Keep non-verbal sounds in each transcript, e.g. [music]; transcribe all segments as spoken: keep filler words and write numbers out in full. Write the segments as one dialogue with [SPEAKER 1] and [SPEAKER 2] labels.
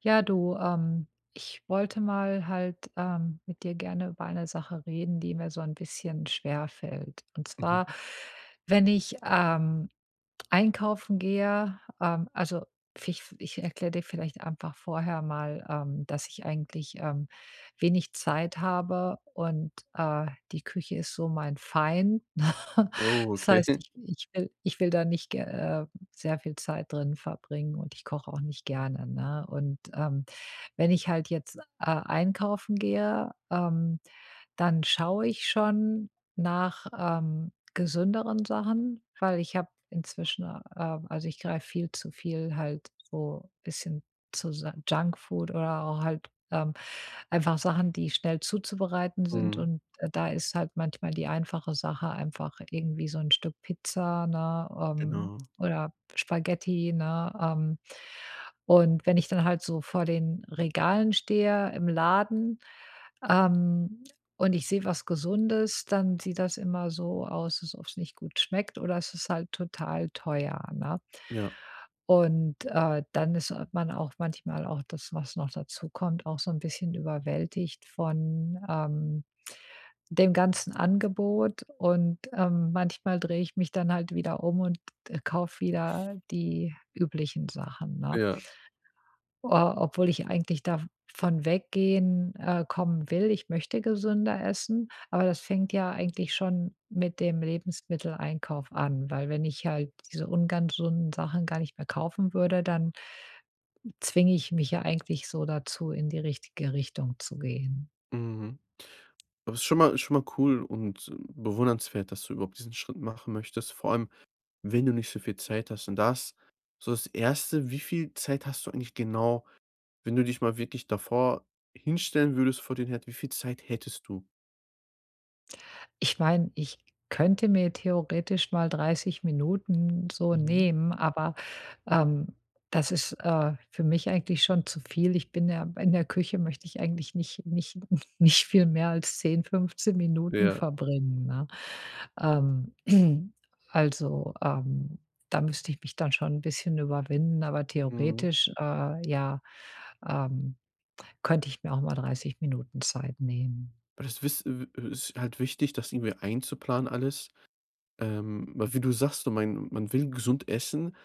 [SPEAKER 1] Ja, du, ähm, ich wollte mal halt ähm, mit dir gerne über eine Sache reden, die mir so ein bisschen schwer fällt. Und
[SPEAKER 2] Mhm.
[SPEAKER 1] zwar, wenn ich ähm, einkaufen gehe, ähm, also ich, ich erkläre dir vielleicht einfach vorher mal, ähm, dass ich eigentlich ähm, wenig Zeit habe und äh, die Küche ist so mein Feind. [laughs]
[SPEAKER 2] Oh,
[SPEAKER 1] Das heißt,
[SPEAKER 2] okay.
[SPEAKER 1] ich, ich will, ich will da nicht ge- äh, sehr viel Zeit drin verbringen und ich koche auch nicht gerne. Ne? Und ähm, wenn ich halt jetzt äh, einkaufen gehe, ähm, dann schaue ich schon nach. Ähm, Gesünderen Sachen, weil ich habe inzwischen, äh, also ich greife viel zu viel halt so ein bisschen zu Sa Junkfood oder auch halt, ähm, einfach Sachen, die schnell zuzubereiten sind
[SPEAKER 2] Mhm.
[SPEAKER 1] und, äh, da ist halt manchmal die einfache Sache einfach irgendwie so ein Stück Pizza, ne, ähm,
[SPEAKER 2] Genau.
[SPEAKER 1] oder Spaghetti, ne, ähm. Und wenn ich dann halt so vor den Regalen stehe im Laden, ähm und ich sehe was Gesundes, dann sieht das immer so aus, als ob es nicht gut schmeckt oder es ist halt total teuer, ne?
[SPEAKER 2] Ja,
[SPEAKER 1] Und, äh, dann ist äh, man auch manchmal auch das, was noch dazu kommt, auch so ein bisschen überwältigt von, ähm, dem ganzen Angebot und, ähm, manchmal drehe ich mich dann halt wieder um und, äh, kaufe wieder die üblichen Sachen, ne?
[SPEAKER 2] ja.
[SPEAKER 1] Äh, obwohl ich eigentlich davon weggehen, äh, kommen will. Ich möchte gesünder essen, aber das fängt ja eigentlich schon mit dem Lebensmitteleinkauf an, weil wenn ich halt diese ungesunden Sachen gar nicht mehr kaufen würde, dann zwinge ich mich ja eigentlich so dazu, in die richtige Richtung zu gehen.
[SPEAKER 2] Mhm. Aber es ist schon mal ist schon mal cool und äh, bewundernswert, dass du überhaupt diesen Schritt machen möchtest, vor allem, wenn du nicht so viel Zeit hast. Und das so das erste: Wie viel Zeit hast du eigentlich genau, wenn du dich mal wirklich davor hinstellen würdest vor den Herd, wie viel Zeit hättest du?
[SPEAKER 1] Ich meine, ich könnte mir theoretisch mal dreißig Minuten so
[SPEAKER 2] Mhm.
[SPEAKER 1] nehmen, aber, ähm, das ist, äh, für mich eigentlich schon zu viel. Ich bin ja in der Küche möchte ich eigentlich nicht nicht [laughs] nicht viel mehr als zehn fünfzehn Minuten
[SPEAKER 2] Ja.
[SPEAKER 1] verbringen, ne? Ähm, [clears throat] also, ähm, da müsste ich mich dann schon ein bisschen überwinden, aber
[SPEAKER 2] Mhm.
[SPEAKER 1] theoretisch, äh, ja, ähm, könnte ich mir auch mal dreißig Minuten Zeit nehmen.
[SPEAKER 2] Weil das wiss äh, ist halt wichtig, das irgendwie einzuplanen alles. Ähm, weil wie du sagst, so mein man will gesund essen,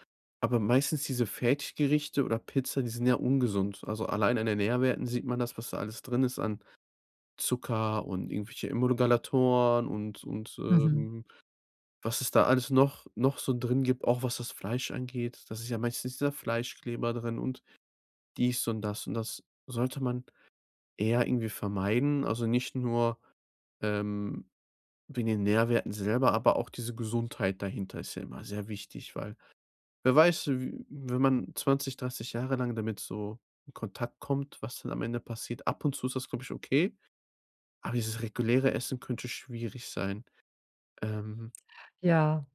[SPEAKER 2] aber meistens diese Fertiggerichte oder Pizza, die sind ja ungesund. Also, allein an den Nährwerten sieht man das, was da alles drin ist an Zucker und irgendwelche Emulgatoren und und,
[SPEAKER 1] Mhm.
[SPEAKER 2] ähm, was es da alles noch noch so drin gibt, auch was das Fleisch angeht. Das ist ja meistens dieser Fleischkleber drin und dies und das, und das sollte man eher irgendwie vermeiden. Also, nicht nur ähm, wegen den Nährwerten selber, aber auch diese Gesundheit dahinter ist ja immer sehr wichtig, weil wer weiß, w wenn man zwanzig, dreißig Jahre lang damit so in Kontakt kommt, was dann am Ende passiert. Ab und zu ist das, glaube ich, okay, aber dieses reguläre Essen könnte schwierig sein. Ähm,
[SPEAKER 1] Ja.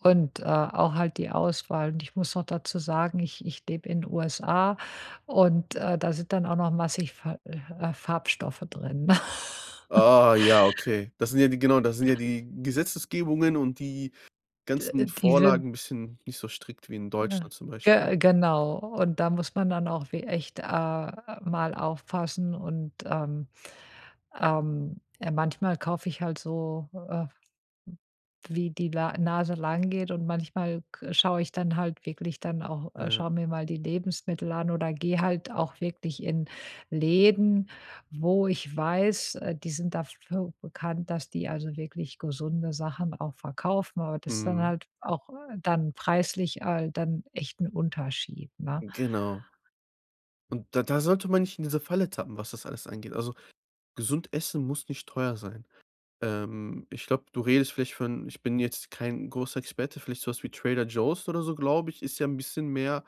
[SPEAKER 1] Und, äh, auch halt die Auswahl. Und ich muss noch dazu sagen, ich ich lebe in U S A und, äh, da sind dann auch noch massig Fa äh, Farbstoffe drin. [laughs]
[SPEAKER 2] ah, ja, okay. Das sind ja die genau, das sind ja die Gesetzesgebungen und die
[SPEAKER 1] D
[SPEAKER 2] ganzen
[SPEAKER 1] die sind
[SPEAKER 2] Vorlagen ein bisschen nicht so strikt wie in
[SPEAKER 1] ja,
[SPEAKER 2] Deutschland zum Beispiel.
[SPEAKER 1] ge genau. Und da muss man dann auch wie echt, äh, mal aufpassen und, ähm, ähm, äh, manchmal kaufe ich halt so, äh wie die La Nase lang geht und manchmal k schaue ich dann halt wirklich dann auch äh,
[SPEAKER 2] Ja,
[SPEAKER 1] schaue mir mal die Lebensmittel an oder gehe halt auch wirklich in Läden, wo ich weiß, äh, die sind dafür bekannt, dass die also wirklich gesunde Sachen auch verkaufen, aber das ist dann
[SPEAKER 2] mhm,
[SPEAKER 1] halt auch, äh, dann preislich, äh, dann echt ein Unterschied, ne?
[SPEAKER 2] genau. Und da da sollte man nicht in diese Falle tappen, was das alles angeht. Also, gesund essen muss nicht teuer sein. Ähm, ich glaube, du redest vielleicht von, ich bin jetzt kein großer Experte, vielleicht so was wie Trader Joe's oder so, glaube ich, ist ja ein bisschen mehr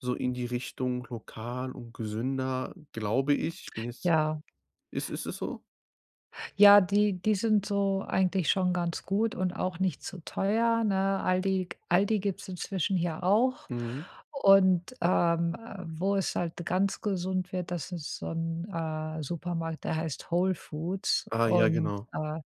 [SPEAKER 2] so in die Richtung lokal und gesünder, glaube ich. Ich bin jetzt,
[SPEAKER 1] Ja.
[SPEAKER 2] ist ist es so?
[SPEAKER 1] Ja, die die sind so eigentlich schon ganz gut und auch nicht zu teuer, ne? Aldi Aldi gibt's inzwischen hier auch.
[SPEAKER 2] Mhm.
[SPEAKER 1] Und, ähm, äh, wo es halt ganz gesund wird, das ist so ein äh, Supermarkt, der heißt Whole Foods
[SPEAKER 2] Ah, ja,
[SPEAKER 1] und,
[SPEAKER 2] genau.
[SPEAKER 1] äh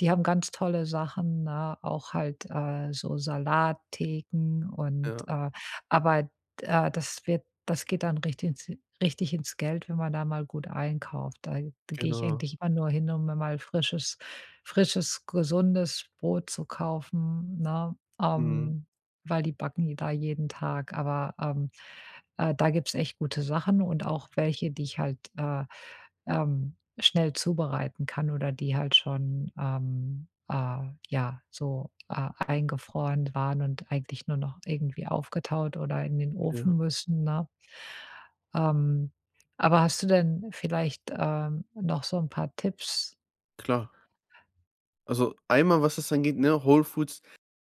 [SPEAKER 1] die haben ganz tolle Sachen, ne? Auch halt, äh, so Salattheken und,
[SPEAKER 2] Ja,
[SPEAKER 1] äh aber, äh, das wird das geht dann richtig ins richtig ins Geld, wenn man da mal gut einkauft. Da da gehe ich
[SPEAKER 2] genau.
[SPEAKER 1] eigentlich immer nur hin, um mir mal frisches frisches, gesundes Brot zu kaufen, ne?
[SPEAKER 2] Mhm,
[SPEAKER 1] Ähm, weil die backen da jeden Tag. Aber, ähm, äh, da gibt's echt gute Sachen und auch welche, die ich halt, äh, ähm schnell zubereiten kann oder die halt schon, ähm, äh, ja, so, äh, eingefroren waren und eigentlich nur noch irgendwie aufgetaut oder in den
[SPEAKER 2] ja,
[SPEAKER 1] Ofen müssen, ne? Ähm, aber hast du denn vielleicht, ähm, noch so ein paar Tipps?
[SPEAKER 2] klar. Also, einmal, was das angeht, ne, Whole Foods,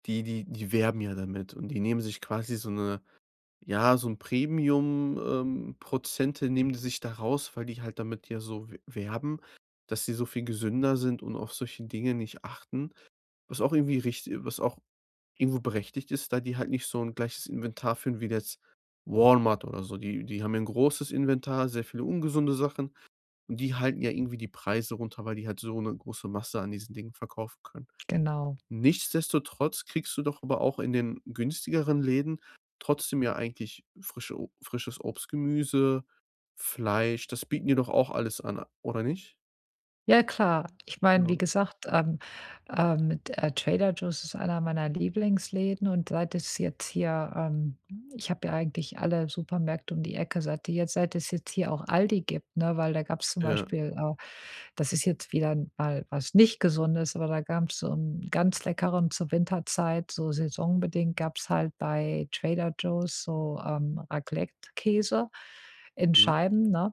[SPEAKER 2] die die die werben ja damit, und die nehmen sich quasi so eine, ja, so ein Premium, ähm, Prozente nehmen die sich da raus, weil die halt damit ja so w werben, dass sie so viel gesünder sind und auf solche Dinge nicht achten, was auch irgendwie richtig, was auch irgendwo berechtigt ist, da die halt nicht so ein gleiches Inventar führen wie jetzt Walmart oder so. Die die haben ja 'n großes Inventar, sehr viele ungesunde Sachen, und die halten ja irgendwie die Preise runter, weil die halt so eine große Masse an diesen Dingen verkaufen können.
[SPEAKER 1] Genau.
[SPEAKER 2] Nichtsdestotrotz kriegst du doch aber auch in den günstigeren Läden trotzdem ja eigentlich frische O frisches Obst, Gemüse, Fleisch, das bieten die doch auch alles an, oder nicht?
[SPEAKER 1] Ja, klar. Ich meine, wie
[SPEAKER 2] Genau.
[SPEAKER 1] gesagt, ähm, ähm, d äh, Trader Joe's ist einer meiner Lieblingsläden und seit es jetzt hier ähm, ich habe ja eigentlich alle Supermärkte um die Ecke, seit die jetzt seit es jetzt hier auch Aldi gibt, ne, weil da gab's zum
[SPEAKER 2] Ja.
[SPEAKER 1] Beispiel, äh das ist jetzt wieder mal was nicht Gesundes, aber da gab's so 'n ganz leckeren zur Winterzeit, so saisonbedingt gab's halt bei Trader Joe's so, ähm, Raclette-Käse in
[SPEAKER 2] Mhm.
[SPEAKER 1] Scheiben, ne?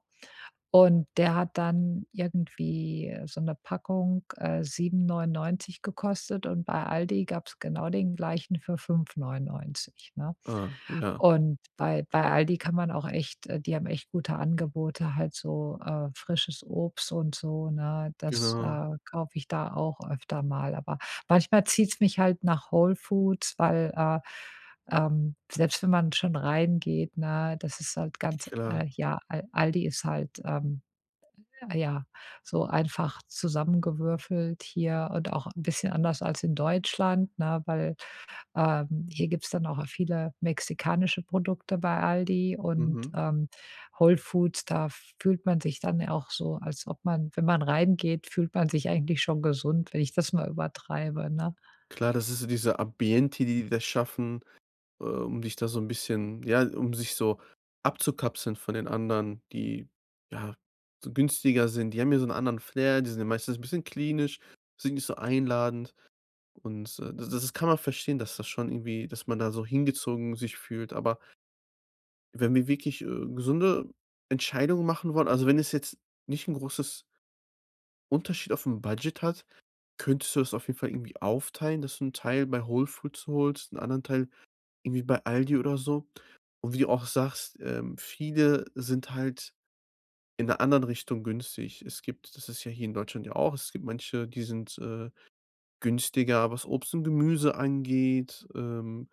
[SPEAKER 1] Und der hat dann irgendwie so eine Packung, äh, sieben neunundneunzig gekostet und bei Aldi gab es genau den gleichen für fünf neunundneunzig, ne?
[SPEAKER 2] Ah, ja,
[SPEAKER 1] Und bei bei Aldi kann man auch echt äh, die haben echt gute Angebote, halt so, äh, frisches Obst und so, ne? Das,
[SPEAKER 2] genau,
[SPEAKER 1] äh, kaufe ich da auch öfter mal, aber manchmal zieht's mich halt nach Whole Foods, weil, äh, ähm, selbst wenn man schon reingeht, ne, das ist halt ganz
[SPEAKER 2] klar.
[SPEAKER 1] äh, ja, Al Aldi ist halt, ähm, äh, ja, so einfach zusammengewürfelt hier und auch 'n bisschen anders als in Deutschland, ne, weil, ähm, hier gibt's dann auch viele mexikanische Produkte bei Aldi und,
[SPEAKER 2] Mhm.
[SPEAKER 1] ähm, Whole Foods, da fühlt man sich dann ja auch so, als ob man wenn man reingeht, fühlt man sich eigentlich schon gesund, wenn ich das mal übertreibe, ne?
[SPEAKER 2] Klar, das ist so diese Ambiente, die die da schaffen, äh, um dich da so ein bisschen, ja, um sich so abzukapseln von den anderen, die, ja, so günstiger sind. Die haben ja so einen anderen Flair, die sind ja meistens ein bisschen klinisch, sind nicht so einladend. Und, äh, das das kann man verstehen, dass das schon irgendwie, dass man da so hingezogen sich fühlt. Aber wenn wir wirklich, äh, gesunde Entscheidungen machen wollen, also, wenn es jetzt nicht ein großes Unterschied auf dem Budget hat, könntest du das auf jeden Fall irgendwie aufteilen, dass du einen Teil bei Whole Foods holst, einen anderen Teil irgendwie bei Aldi oder so. Und wie du auch sagst, ähm, viele sind halt in 'ner anderen Richtung günstig. Es gibt, das ist ja hier in Deutschland ja auch, es gibt manche, die sind, äh, günstiger, was Obst und Gemüse angeht, ähm,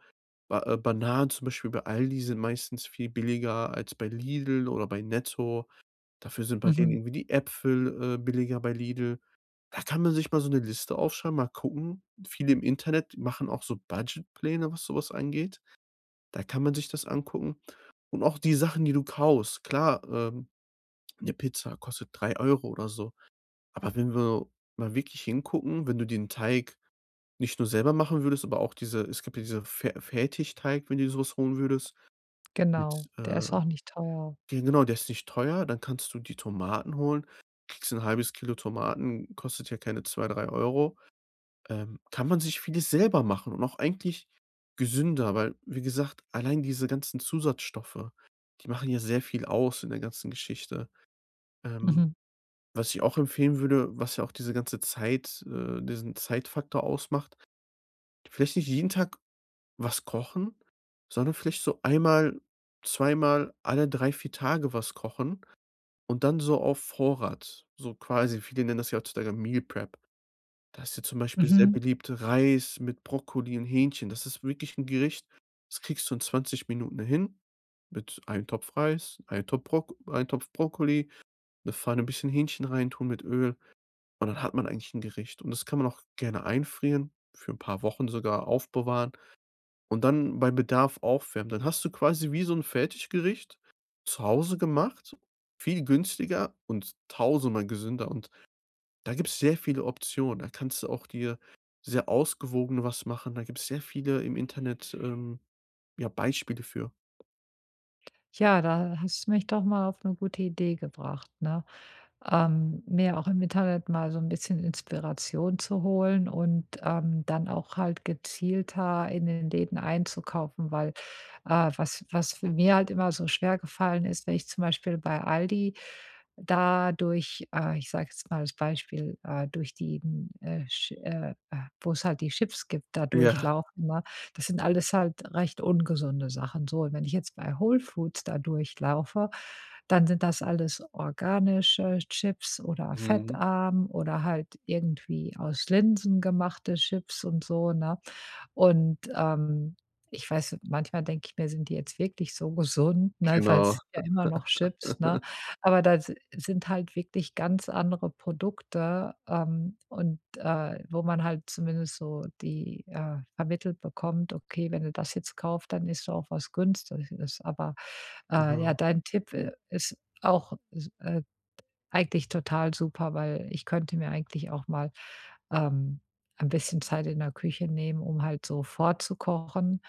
[SPEAKER 2] Ba äh, Bananen zum Beispiel bei Aldi sind meistens viel billiger als bei Lidl oder bei Netto. Dafür sind bei denen
[SPEAKER 1] Mhm,
[SPEAKER 2] irgendwie die Äpfel, äh, billiger bei Lidl. Da kann man sich mal so 'ne Liste aufschreiben, mal gucken. Viele im Internet machen auch so Budgetpläne, was so was angeht. Da kann man sich das angucken. Und auch die Sachen, die du kaufst. Klar, ähm, 'ne Pizza kostet drei Euro oder so. Aber wenn wir mal wirklich hingucken, wenn du den Teig nicht nur selber machen würdest, aber auch diese, es gibt ja diese Fer Fertigteig, wenn du dir so was holen würdest. Mit,
[SPEAKER 1] genau. Der
[SPEAKER 2] äh
[SPEAKER 1] ist auch nicht teuer.
[SPEAKER 2] ja genau, der ist nicht teuer, dann kannst du die Tomaten holen. Kriegst 'n halbes Kilo Tomaten, kostet ja keine zwei drei Euro. Ähm, kann man sich vieles selber machen und auch eigentlich gesünder, weil, wie gesagt, allein diese ganzen Zusatzstoffe, die machen ja sehr viel aus in der ganzen Geschichte. Ähm,
[SPEAKER 1] Mhm,
[SPEAKER 2] was ich auch empfehlen würde, was ja auch diese ganze Zeit äh, diesen Zeitfaktor ausmacht, vielleicht nicht jeden Tag was kochen, sondern vielleicht so einmal, zweimal alle drei vier Tage was kochen. Und dann so auf Vorrat, so quasi, viele nennen das ja heutzutage Meal Prep. Da ist ja zum Beispiel sehr
[SPEAKER 1] mhm.
[SPEAKER 2] beliebt Reis mit Brokkoli und Hähnchen. Das ist wirklich ein Gericht, das kriegst du in zwanzig Minuten hin mit einem Topf Reis, einem Topf Brok einem Topf Brokkoli, 'ne Pfanne, ein bisschen Hähnchen reintun mit Öl, und dann hat man eigentlich ein Gericht. Und das kann man auch gerne einfrieren, für ein paar Wochen sogar aufbewahren. Und dann bei Bedarf aufwärmen. Dann hast du quasi wie so 'n Fertiggericht zu Hause gemacht, viel günstiger und tausendmal gesünder. Und da gibt's sehr viele Optionen. Da kannst du auch dir sehr ausgewogen was machen. Da gibt's sehr viele im Internet, ähm, ja, Beispiele für.
[SPEAKER 1] Ja, da hast du mich doch mal auf eine gute Idee gebracht, ne? Ähm, mir auch im Internet mal so ein bisschen Inspiration zu holen und, ähm, dann auch halt gezielter in den Läden einzukaufen, weil, äh, was was für mir halt immer so schwer gefallen ist, wenn ich zum Beispiel bei Aldi da durch, äh, ich sage jetzt mal das Beispiel, äh, durch die, n äh, Sch äh, äh, wo's halt die Chips gibt, da
[SPEAKER 2] Ja,
[SPEAKER 1] durchlaufe, ne? Das sind alles halt recht ungesunde Sachen. So, und wenn ich jetzt bei Whole Foods da durchlaufe, dann sind das alles organische Chips oder
[SPEAKER 2] mhm,
[SPEAKER 1] fettarm oder halt irgendwie aus Linsen gemachte Chips und so, ne? Und, ähm, ich weiß, manchmal denke ich mir: „Sind die jetzt wirklich so gesund", ne, weil es
[SPEAKER 2] genau.
[SPEAKER 1] sind ja immer noch Chips, ne?
[SPEAKER 2] [laughs]
[SPEAKER 1] Aber da si sind halt wirklich ganz andere Produkte, ähm, und, äh, wo man halt zumindest so die, äh, vermittelt bekommt: „Okay, wenn du das jetzt kaufst, dann ist du auch was Günstiges." Aber, äh, ja,
[SPEAKER 2] Genau,
[SPEAKER 1] dein Tipp, äh, ist auch äh eigentlich total super, weil ich könnte mir eigentlich auch mal, ähm, ein bisschen Zeit in der Küche nehmen, um halt so vorzukochen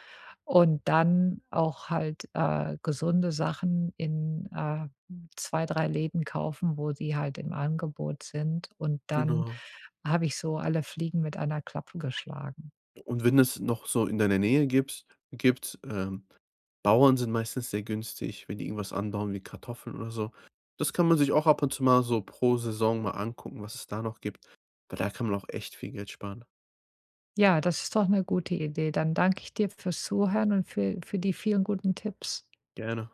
[SPEAKER 1] und dann auch halt, äh, gesunde Sachen in, äh, zwei, drei Läden kaufen, wo sie halt im Angebot sind und dann
[SPEAKER 2] genau.
[SPEAKER 1] habe ich so alle Fliegen mit einer Klappe geschlagen.
[SPEAKER 2] Und wenn es noch so in deiner Nähe gibt, gibt, ähm, Bauern sind meistens sehr günstig, wenn die irgendwas anbauen wie Kartoffeln oder so. Das kann man sich auch ab und zu mal so pro Saison mal angucken, was es da noch gibt, weil da kann man auch echt viel Geld sparen.
[SPEAKER 1] Ja, das ist doch eine gute Idee. Dann danke ich dir fürs Zuhören und für für die vielen guten Tipps.
[SPEAKER 2] Gerne.